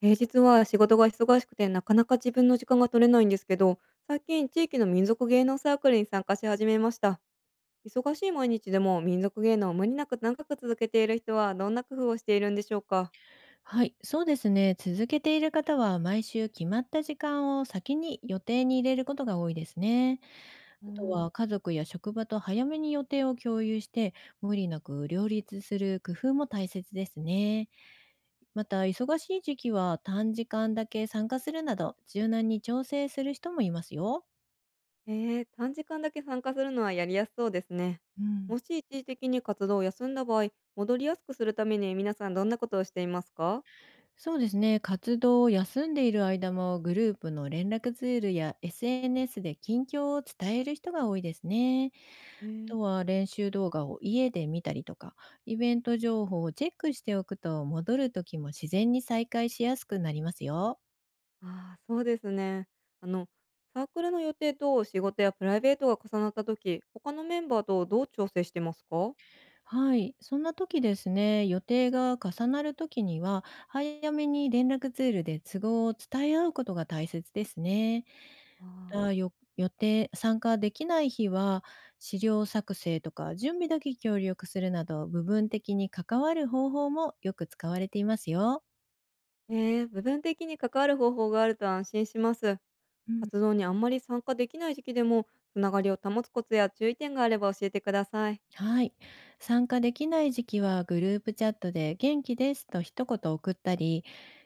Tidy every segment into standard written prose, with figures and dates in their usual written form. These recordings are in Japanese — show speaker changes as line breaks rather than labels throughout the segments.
平日は仕事が忙しくてなかなか自分の時間が取れないんですけど、最近地域の民族芸能サークルに参加し始めました。忙しい毎日でも民族芸能を無理なく長く続けている人はどんな工夫をしているんでしょうか？
はい、そうですね。続けている方は毎週決まった時間を先に予定に入れることが多いですね。
う
あと
ん。
は家族や職場と早めに予定を共有して、無理なく両立する工夫も大切ですね。また、忙しい時期は短時間だけ参加するなど柔軟に調整する人もいますよ。
短時間だけ参加するのはやりやすそうですね。
うん、
もし一時的に活動を休んだ場合、戻りやすくするために皆さんどんなことをしていますか？
そうですね。活動を休んでいる間もグループの連絡ツールや SNS で近況を伝える人が多いですね。
えー、
とは練習動画を家で見たりとか、イベント情報をチェックしておくと、戻る時も自然に再開しやすくなりますよ。
ああ、そうですね。あの、サークルの予定と仕事やプライベートが重なった時、他のメンバーとどう調整してますか？
はい、そんな時ですね、予定が重なる時には、早めに連絡ツールで都合を伝え合うことが大切ですね。
あ。
予定、参加できない日は、資料作成とか準備だけ協力するなど、部分的に関わる方法もよく使われていますよ。
ええー、部分的に関わる方法があると安心します。
うん。
活動にあんまり参加できない時期でも、つながりを保つコツや注意点があれば教えてください。
はい。参加できない時期はグループチャットで元気ですと一言送ったり、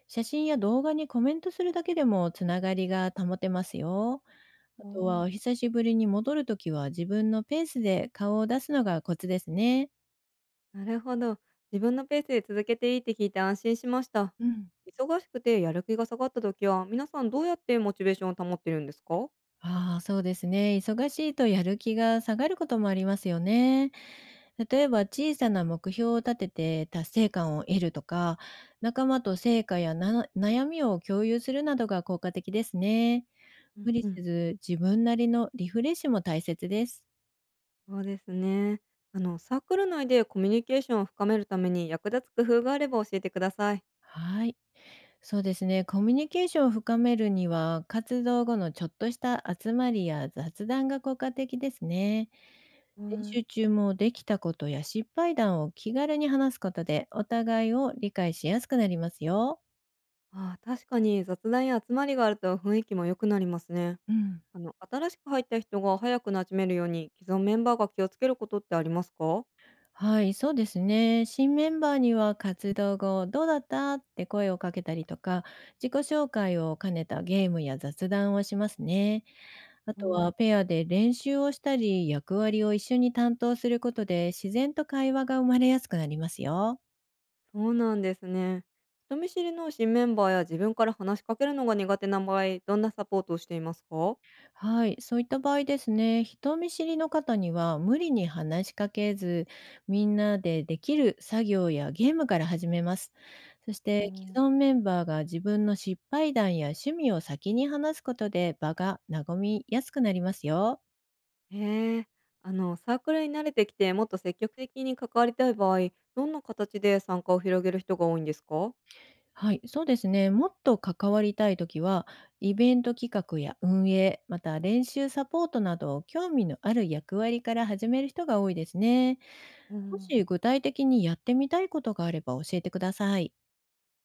写真や動画にコメントするだけでもつながりが保てますよ。あ
お
とは、
ー。
お久しぶりに戻るときは自分のペースで顔を出すのがコツですね。
なるほど。自分のペースで続けていいって聞いて安心しました。
うん。
忙しくてやる気が下がった時は、皆さんどうやってモチベーションを保ってるんですか？
ああ、そうですね。忙しいとやる気が下がることもありますよね。例えば、小さな目標を立てて達成感を得るとか、仲間と成果やな悩みを共有するなどが効果的ですね。
うん
無理
うん。
せず自分なりのリフレッシュも大切です。
そうですね。サークル内でコミュニケーションを深めるために役立つ工夫があれば教えてください。
はい。そうですね。コミュニケーションを深めるには、活動後のちょっとした集まりや雑談が効果的ですね。
へ
練
え。
習中もできたことや失敗談を気軽に話すことで、お互いを理解しやすくなりますよ。
ああ、確かに雑談や集まりがあると雰囲気も良くなりますね。
うん。
新しく入った人が早く馴染めるように既存メンバーが気をつけることってありますか？
はい、そうですね。新メンバーには活動後どうだったって声をかけたりとか、自己紹介を兼ねたゲームや雑談をしますね。あと
あ、
はペアで練習をしたり、役割を一緒に担当することで自然と会話が生まれやすくなりますよ。
そうなんですね。人見知りの新メンバーや自分から話しかけるのが苦手な場合、どんなサポートをしていますか？
はい、そういった場合ですね、人見知りの方には無理に話しかけず、みんなでできる作業やゲームから始めます。そして既存メンバーが自分の失敗談や趣味を先に話すことで場が和みやすくなりますよ。
へえ、サークルに慣れてきて、もっと積極的に関わりたい場合、どんな形で参加を広げる人が多いんですか？
はい、そうですね。もっと関わりたいときは、イベント企画や運営、また練習サポートなど、興味のある役割から始める人が多いですね。
う
も
ん、
し具体的にやってみたいことがあれば教えてください。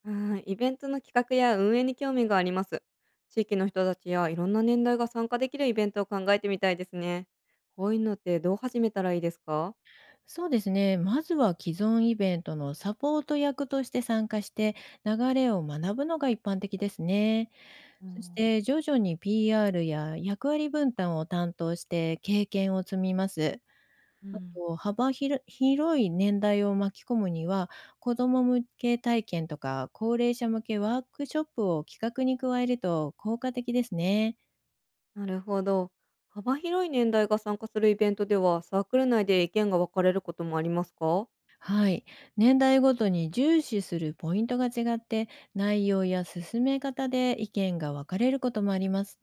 うん。イベントの企画や運営に興味があります。地域の人たちやいろんな年代が参加できるイベントを考えてみたいですね。こういうのってどう始めたらいいですか？
そうですね。まずは既存イベントのサポート役として参加して、流れを学ぶのが一般的ですね。
う
そし
ん、
て徐々に PR や役割分担を担当して経験を積みます。
う
あ
ん、
と、幅広い年代を巻き込むには、子ども向け体験とか高齢者向けワークショップを企画に加えると効果的ですね。
なるほど。幅広い年代が参加するイベントでは、サークル内で意見が分かれることもありますか？
はい。年代ごとに重視するポイントが違って、内容や進め方で意見が分かれることもあります。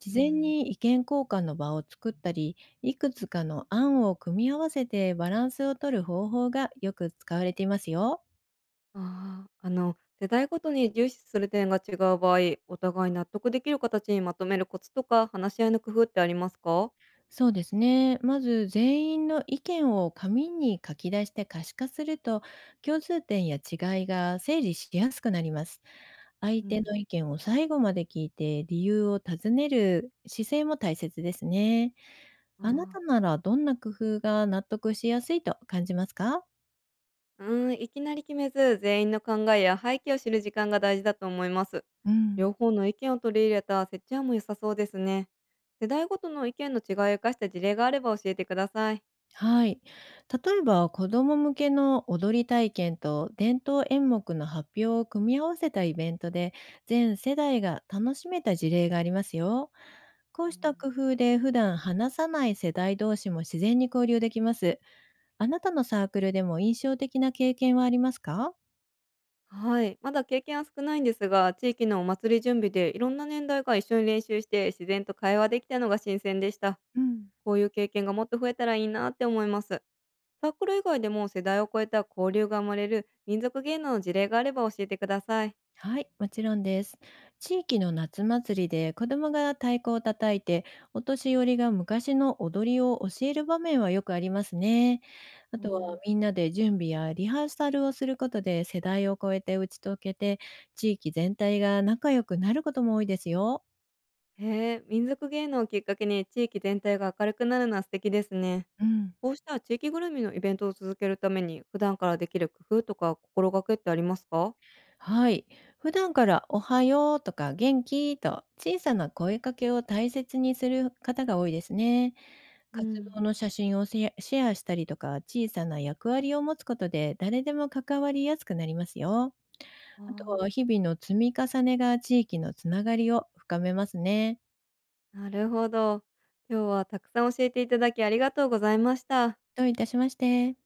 事
う
前
ん。
に意見交換の場を作ったり、いくつかの案を組み合わせてバランスを取る方法がよく使われていますよ。
ああ、世代ごとに重視する点が違う場合、お互い納得できる形にまとめるコツとか話し合いの工夫ってありますか？
そうですね。まず全員の意見を紙に書き出して可視化すると、共通点や違いが整理しやすくなります。相
う
手
ん、
の意見を最後まで聞いて理由を尋ねる姿勢も大切ですね。あな
ああ、
たならどんな工夫が納得しやすいと感じますか？
うーん、いきなり決めず、全員の考えや背景を知る時間が大事だと思います。
うん。
両方の意見を取り入れた設置案も良さそうですね。世代ごとの意見の違いを生かした事例があれば教えてください。
はい。例えば、子供向けの踊り体験と伝統演目の発表を組み合わせたイベントで、全世代が楽しめた事例がありますよ。こうした工夫で普段話さない世代同士も自然に交流できます。あなたのサークルでも印象的な経験はありますか？
はい、まだ経験は少ないんですが、地域のお祭り準備でいろんな年代が一緒に練習して自然と会話できたのが新鮮でした。
うん。
こういう経験がもっと増えたらいいなって思います。サークル以外でも世代を超えた交流が生まれる民族芸能の事例があれば教えてください。
はい、もちろんです。地域の夏祭りで子供が太鼓を叩いて、お年寄りが昔の踊りを教える場面はよくありますね。あ
お
とは
ー。
みんなで準備やリハーサルをすることで世代を超えて打ち解けて、地域全体が仲良くなることも多いですよ。
へえ、民族芸能をきっかけに地域全体が明るくなるのは素敵ですね。
うん。
こうした地域ぐるみのイベントを続けるために普段からできる工夫とか心がけってありますか？
はい。普段からおはようとか元気と小さな声かけを大切にする方が多いですね。
う
活
ん。
動の写真をシェアしたりとか、小さな役割を持つことで、誰でも関わりやすくなりますよ。
あ
あとは
あ。
日々の積み重ねが地域のつながりを深めますね。
なるほど。今日はたくさん教えていただきありがとうございました。
どういたしまして。